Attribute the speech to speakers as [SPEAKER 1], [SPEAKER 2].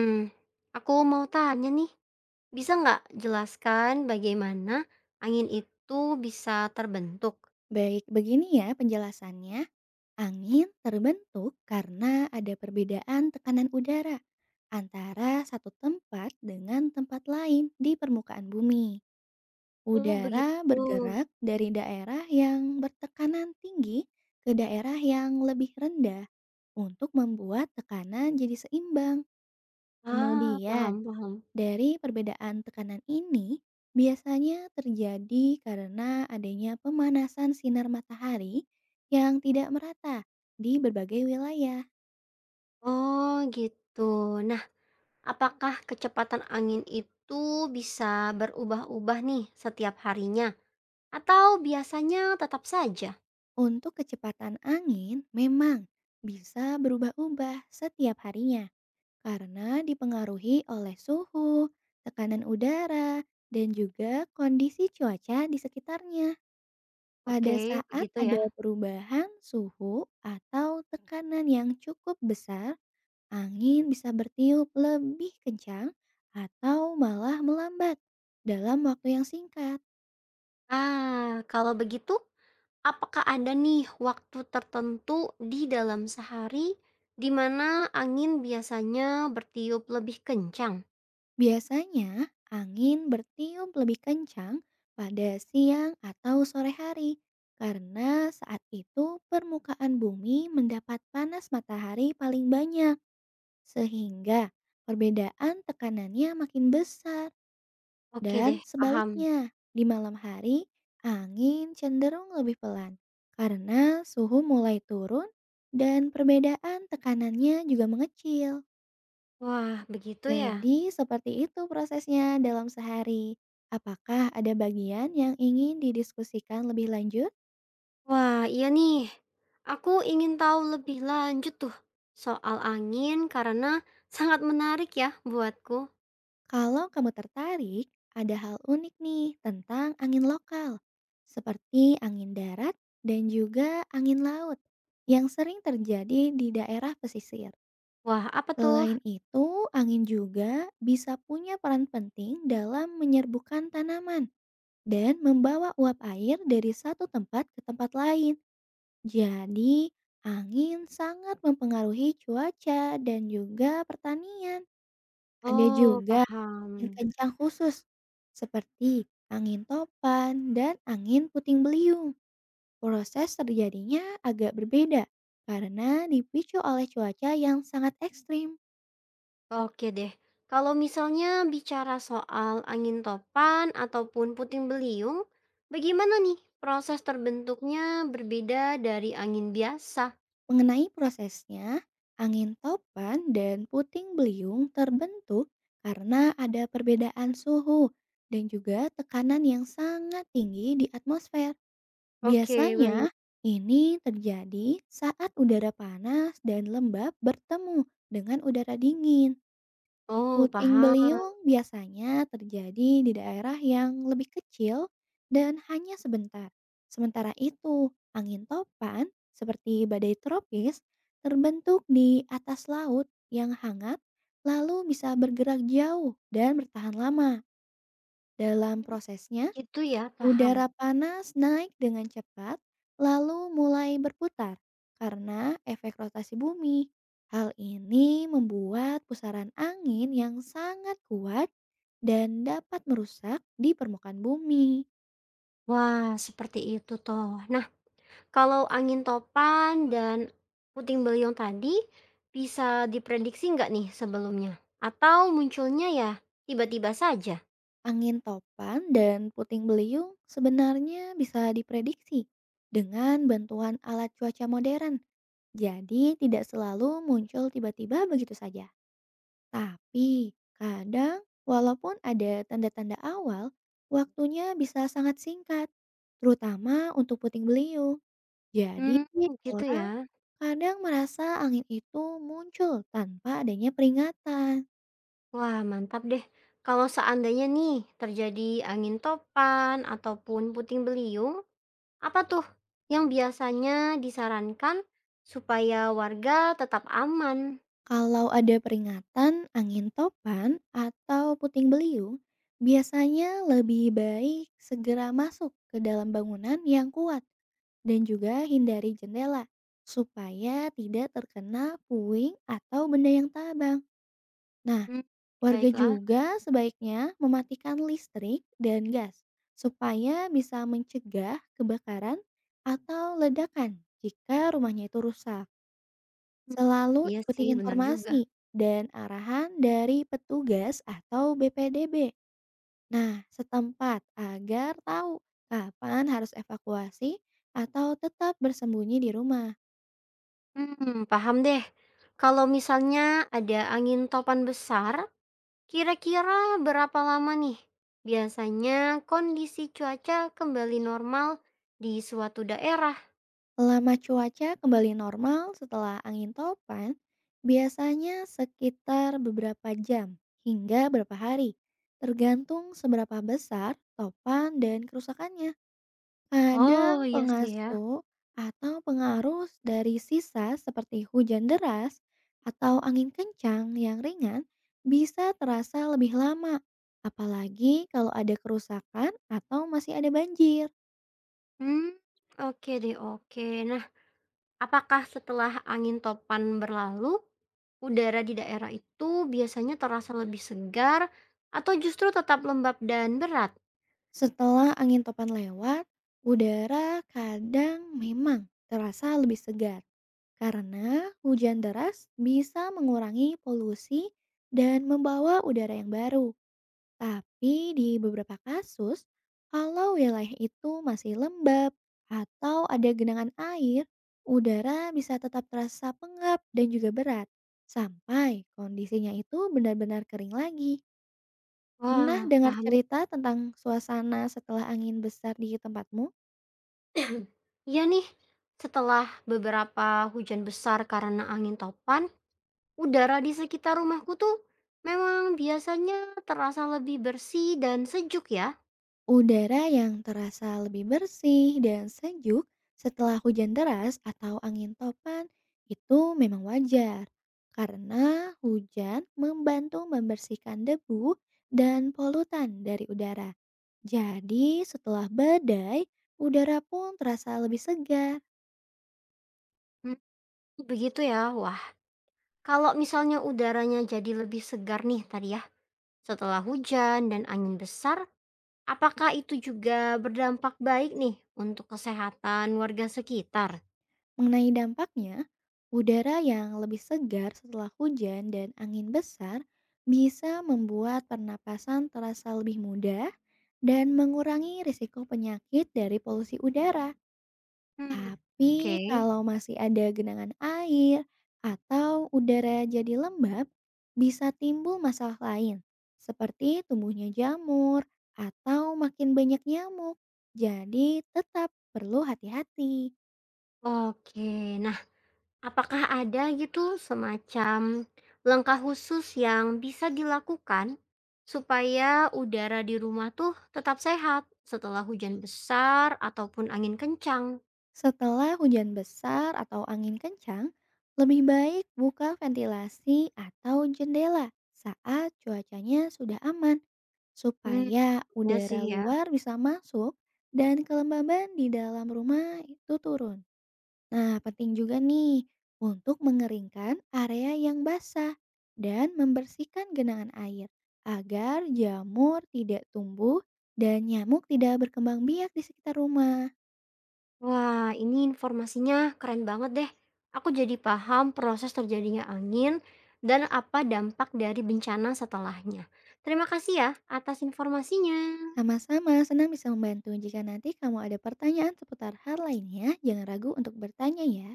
[SPEAKER 1] Mmm, aku mau tanya nih, bisa nggak jelaskan bagaimana angin itu bisa terbentuk?
[SPEAKER 2] Baik, begini ya penjelasannya. Angin terbentuk karena ada perbedaan tekanan udara antara satu tempat dengan tempat lain di permukaan bumi.
[SPEAKER 1] Oh
[SPEAKER 2] Udara
[SPEAKER 1] begitu.
[SPEAKER 2] bergerak dari daerah yang bertekanan tinggi ke daerah yang lebih rendah untuk membuat tekanan jadi seimbang.
[SPEAKER 1] Ah,
[SPEAKER 2] Kemudian,
[SPEAKER 1] paham paham.
[SPEAKER 2] dari perbedaan tekanan ini, biasanya terjadi karena adanya pemanasan sinar matahari yang tidak merata di berbagai wilayah.
[SPEAKER 1] Oh gitu. Nah, apakah kecepatan angin itu bisa berubah-ubah nih setiap harinya atau biasanya tetap saja?
[SPEAKER 2] Untuk kecepatan angin, memang bisa berubah-ubah setiap harinya karena dipengaruhi oleh suhu, tekanan udara, dan juga kondisi cuaca di sekitarnya. Pada
[SPEAKER 1] Oke,
[SPEAKER 2] saat
[SPEAKER 1] begitu
[SPEAKER 2] ada
[SPEAKER 1] ya.
[SPEAKER 2] perubahan suhu atau tekanan yang cukup besar, angin bisa bertiup lebih kencang atau malah melambat dalam waktu yang singkat.
[SPEAKER 1] Ah, kalau begitu apakah ada nih waktu tertentu di dalam sehari di mana angin biasanya bertiup lebih kencang?
[SPEAKER 2] Biasanya, angin bertiup lebih kencang pada siang atau sore hari karena saat itu permukaan bumi mendapat panas matahari paling banyak, sehingga perbedaan tekanannya makin besar.
[SPEAKER 1] Oke deh,
[SPEAKER 2] Dan
[SPEAKER 1] paham.
[SPEAKER 2] sebaliknya, di malam hari, angin cenderung lebih pelan karena suhu mulai turun dan perbedaan tekanannya juga mengecil.
[SPEAKER 1] Wah, begitu ya.
[SPEAKER 2] Jadi, seperti itu prosesnya dalam sehari. Apakah ada bagian yang ingin didiskusikan lebih lanjut?
[SPEAKER 1] Wah, iya nih. Aku ingin tahu lebih lanjut tuh soal angin karena sangat menarik ya buatku.
[SPEAKER 2] Kalau kamu tertarik, ada hal unik nih tentang angin lokal, seperti angin darat dan juga angin laut yang sering terjadi di daerah pesisir.
[SPEAKER 1] Wah, apa tuh?
[SPEAKER 2] Selain itu, angin juga bisa punya peran penting dalam menyerbukan tanaman dan membawa uap air dari satu tempat ke tempat lain. Jadi, angin sangat mempengaruhi cuaca dan juga pertanian. Ada
[SPEAKER 1] Oh,
[SPEAKER 2] juga angin
[SPEAKER 1] paham.
[SPEAKER 2] kencang khusus seperti angin topan dan angin puting beliung. Proses terjadinya agak berbeda karena dipicu oleh cuaca yang sangat ekstrim.
[SPEAKER 1] Oke deh. Kalau misalnya bicara soal angin topan ataupun puting beliung, bagaimana nih proses terbentuknya berbeda dari angin biasa?
[SPEAKER 2] Mengenai prosesnya, angin topan dan puting beliung terbentuk karena ada perbedaan suhu dan juga tekanan yang sangat tinggi di atmosfer.
[SPEAKER 1] Oke,
[SPEAKER 2] Biasanya
[SPEAKER 1] baik.
[SPEAKER 2] ini terjadi saat udara panas dan lembab bertemu dengan udara dingin.
[SPEAKER 1] Oh,
[SPEAKER 2] Puting
[SPEAKER 1] paham.
[SPEAKER 2] beliung biasanya terjadi di daerah yang lebih kecil dan hanya sebentar. Sementara itu, angin topan seperti badai tropis terbentuk di atas laut yang hangat lalu bisa bergerak jauh dan bertahan lama. Dalam
[SPEAKER 1] Hmm.
[SPEAKER 2] prosesnya,
[SPEAKER 1] Gitu ya, paham.
[SPEAKER 2] udara panas naik dengan cepat, lalu mulai berputar karena efek rotasi bumi. Hal ini membuat pusaran angin yang sangat kuat dan dapat merusak di permukaan bumi.
[SPEAKER 1] Wah, seperti itu toh. Nah, kalau angin topan dan puting beliung tadi bisa diprediksi nggak nih sebelumnya? Atau munculnya ya tiba-tiba saja?
[SPEAKER 2] Angin topan dan puting beliung sebenarnya bisa diprediksi dengan bantuan alat cuaca modern. Jadi tidak selalu muncul tiba-tiba begitu saja. Tapi kadang walaupun ada tanda-tanda awal, waktunya bisa sangat singkat, terutama untuk puting beliung. Jadi
[SPEAKER 1] Hmm, gitu ya.
[SPEAKER 2] orang kadang merasa angin itu muncul tanpa adanya peringatan.
[SPEAKER 1] Wah, mantap deh. Kalau seandainya nih terjadi angin topan ataupun puting beliung, apa tuh yang biasanya disarankan supaya warga tetap aman?
[SPEAKER 2] Kalau ada peringatan angin topan atau puting beliung, biasanya lebih baik segera masuk ke dalam bangunan yang kuat dan juga hindari jendela supaya tidak terkena puing atau benda yang tabang. Nah,
[SPEAKER 1] Hmm,
[SPEAKER 2] warga
[SPEAKER 1] baiklah.
[SPEAKER 2] juga sebaiknya mematikan listrik dan gas supaya bisa mencegah kebakaran atau ledakan jika rumahnya itu rusak.
[SPEAKER 1] Hmm,
[SPEAKER 2] Selalu
[SPEAKER 1] iya
[SPEAKER 2] ikuti
[SPEAKER 1] sih, benar juga.
[SPEAKER 2] informasi dan arahan dari petugas atau BPDB. Nah, setempat agar tahu kapan harus evakuasi atau tetap bersembunyi di rumah.
[SPEAKER 1] Hmm, paham deh. Kalau misalnya ada angin topan besar, kira-kira berapa lama nih biasanya kondisi cuaca kembali normal di suatu daerah?
[SPEAKER 2] Lama cuaca kembali normal setelah angin topan, biasanya sekitar beberapa jam hingga beberapa hari, tergantung seberapa besar topan dan kerusakannya. Kadang
[SPEAKER 1] Oh, iya sih ya.
[SPEAKER 2] pengasuh atau pengaruh dari sisa seperti hujan deras atau angin kencang yang ringan bisa terasa lebih lama, apalagi kalau ada kerusakan atau masih ada banjir.
[SPEAKER 1] Hmm, oke deh oke. Nah, apakah setelah angin topan berlalu, udara di daerah itu biasanya terasa lebih segar atau justru tetap lembab dan berat?
[SPEAKER 2] Setelah angin topan lewat, udara kadang memang terasa lebih segar karena hujan deras bisa mengurangi polusi dan membawa udara yang baru. Tapi di beberapa kasus, kalau wilayah itu masih lembab atau ada genangan air, udara bisa tetap terasa pengap dan juga berat sampai kondisinya itu benar-benar kering lagi. Pernah
[SPEAKER 1] Wah,
[SPEAKER 2] dengar
[SPEAKER 1] paham deh.
[SPEAKER 2] cerita tentang suasana setelah angin besar di tempatmu?
[SPEAKER 1] Iya nih, setelah beberapa hujan besar karena angin topan, udara di sekitar rumahku tuh memang biasanya terasa lebih bersih dan sejuk ya.
[SPEAKER 2] Udara yang terasa lebih bersih dan sejuk setelah hujan deras atau angin topan itu memang wajar karena hujan membantu membersihkan debu dan polutan dari udara. Jadi setelah badai, udara pun terasa lebih segar.
[SPEAKER 1] Hmm, begitu ya. Wah, kalau misalnya udaranya jadi lebih segar nih tadi ya, setelah hujan dan angin besar, apakah itu juga berdampak baik nih untuk kesehatan warga sekitar?
[SPEAKER 2] Mengenai dampaknya, udara yang lebih segar setelah hujan dan angin besar bisa membuat pernapasan terasa lebih mudah dan mengurangi risiko penyakit dari polusi udara.
[SPEAKER 1] Hmm, oke.
[SPEAKER 2] Tapi kalau masih ada genangan air atau udara jadi lembab, bisa timbul masalah lain seperti tumbuhnya jamur atau makin banyak nyamuk. Jadi tetap perlu hati-hati.
[SPEAKER 1] Oke, nah apakah ada gitu semacam langkah khusus yang bisa dilakukan supaya udara di rumah tuh tetap sehat setelah hujan besar ataupun angin kencang?
[SPEAKER 2] Setelah hujan besar atau angin kencang, lebih baik buka ventilasi atau jendela saat cuacanya sudah aman
[SPEAKER 1] Hmm,
[SPEAKER 2] supaya
[SPEAKER 1] ya sih
[SPEAKER 2] udara
[SPEAKER 1] ya.
[SPEAKER 2] luar bisa masuk dan kelembaban di dalam rumah itu turun. Nah, penting juga nih untuk mengeringkan area yang basah dan membersihkan genangan air agar jamur tidak tumbuh dan nyamuk tidak berkembang biak di sekitar rumah.
[SPEAKER 1] Wah, ini informasinya keren banget deh. Aku jadi paham proses terjadinya angin dan apa dampak dari bencana setelahnya. Terima kasih ya atas informasinya.
[SPEAKER 2] Sama-sama, senang bisa membantu. Jika nanti kamu ada pertanyaan seputar hal lainnya, jangan ragu untuk bertanya ya.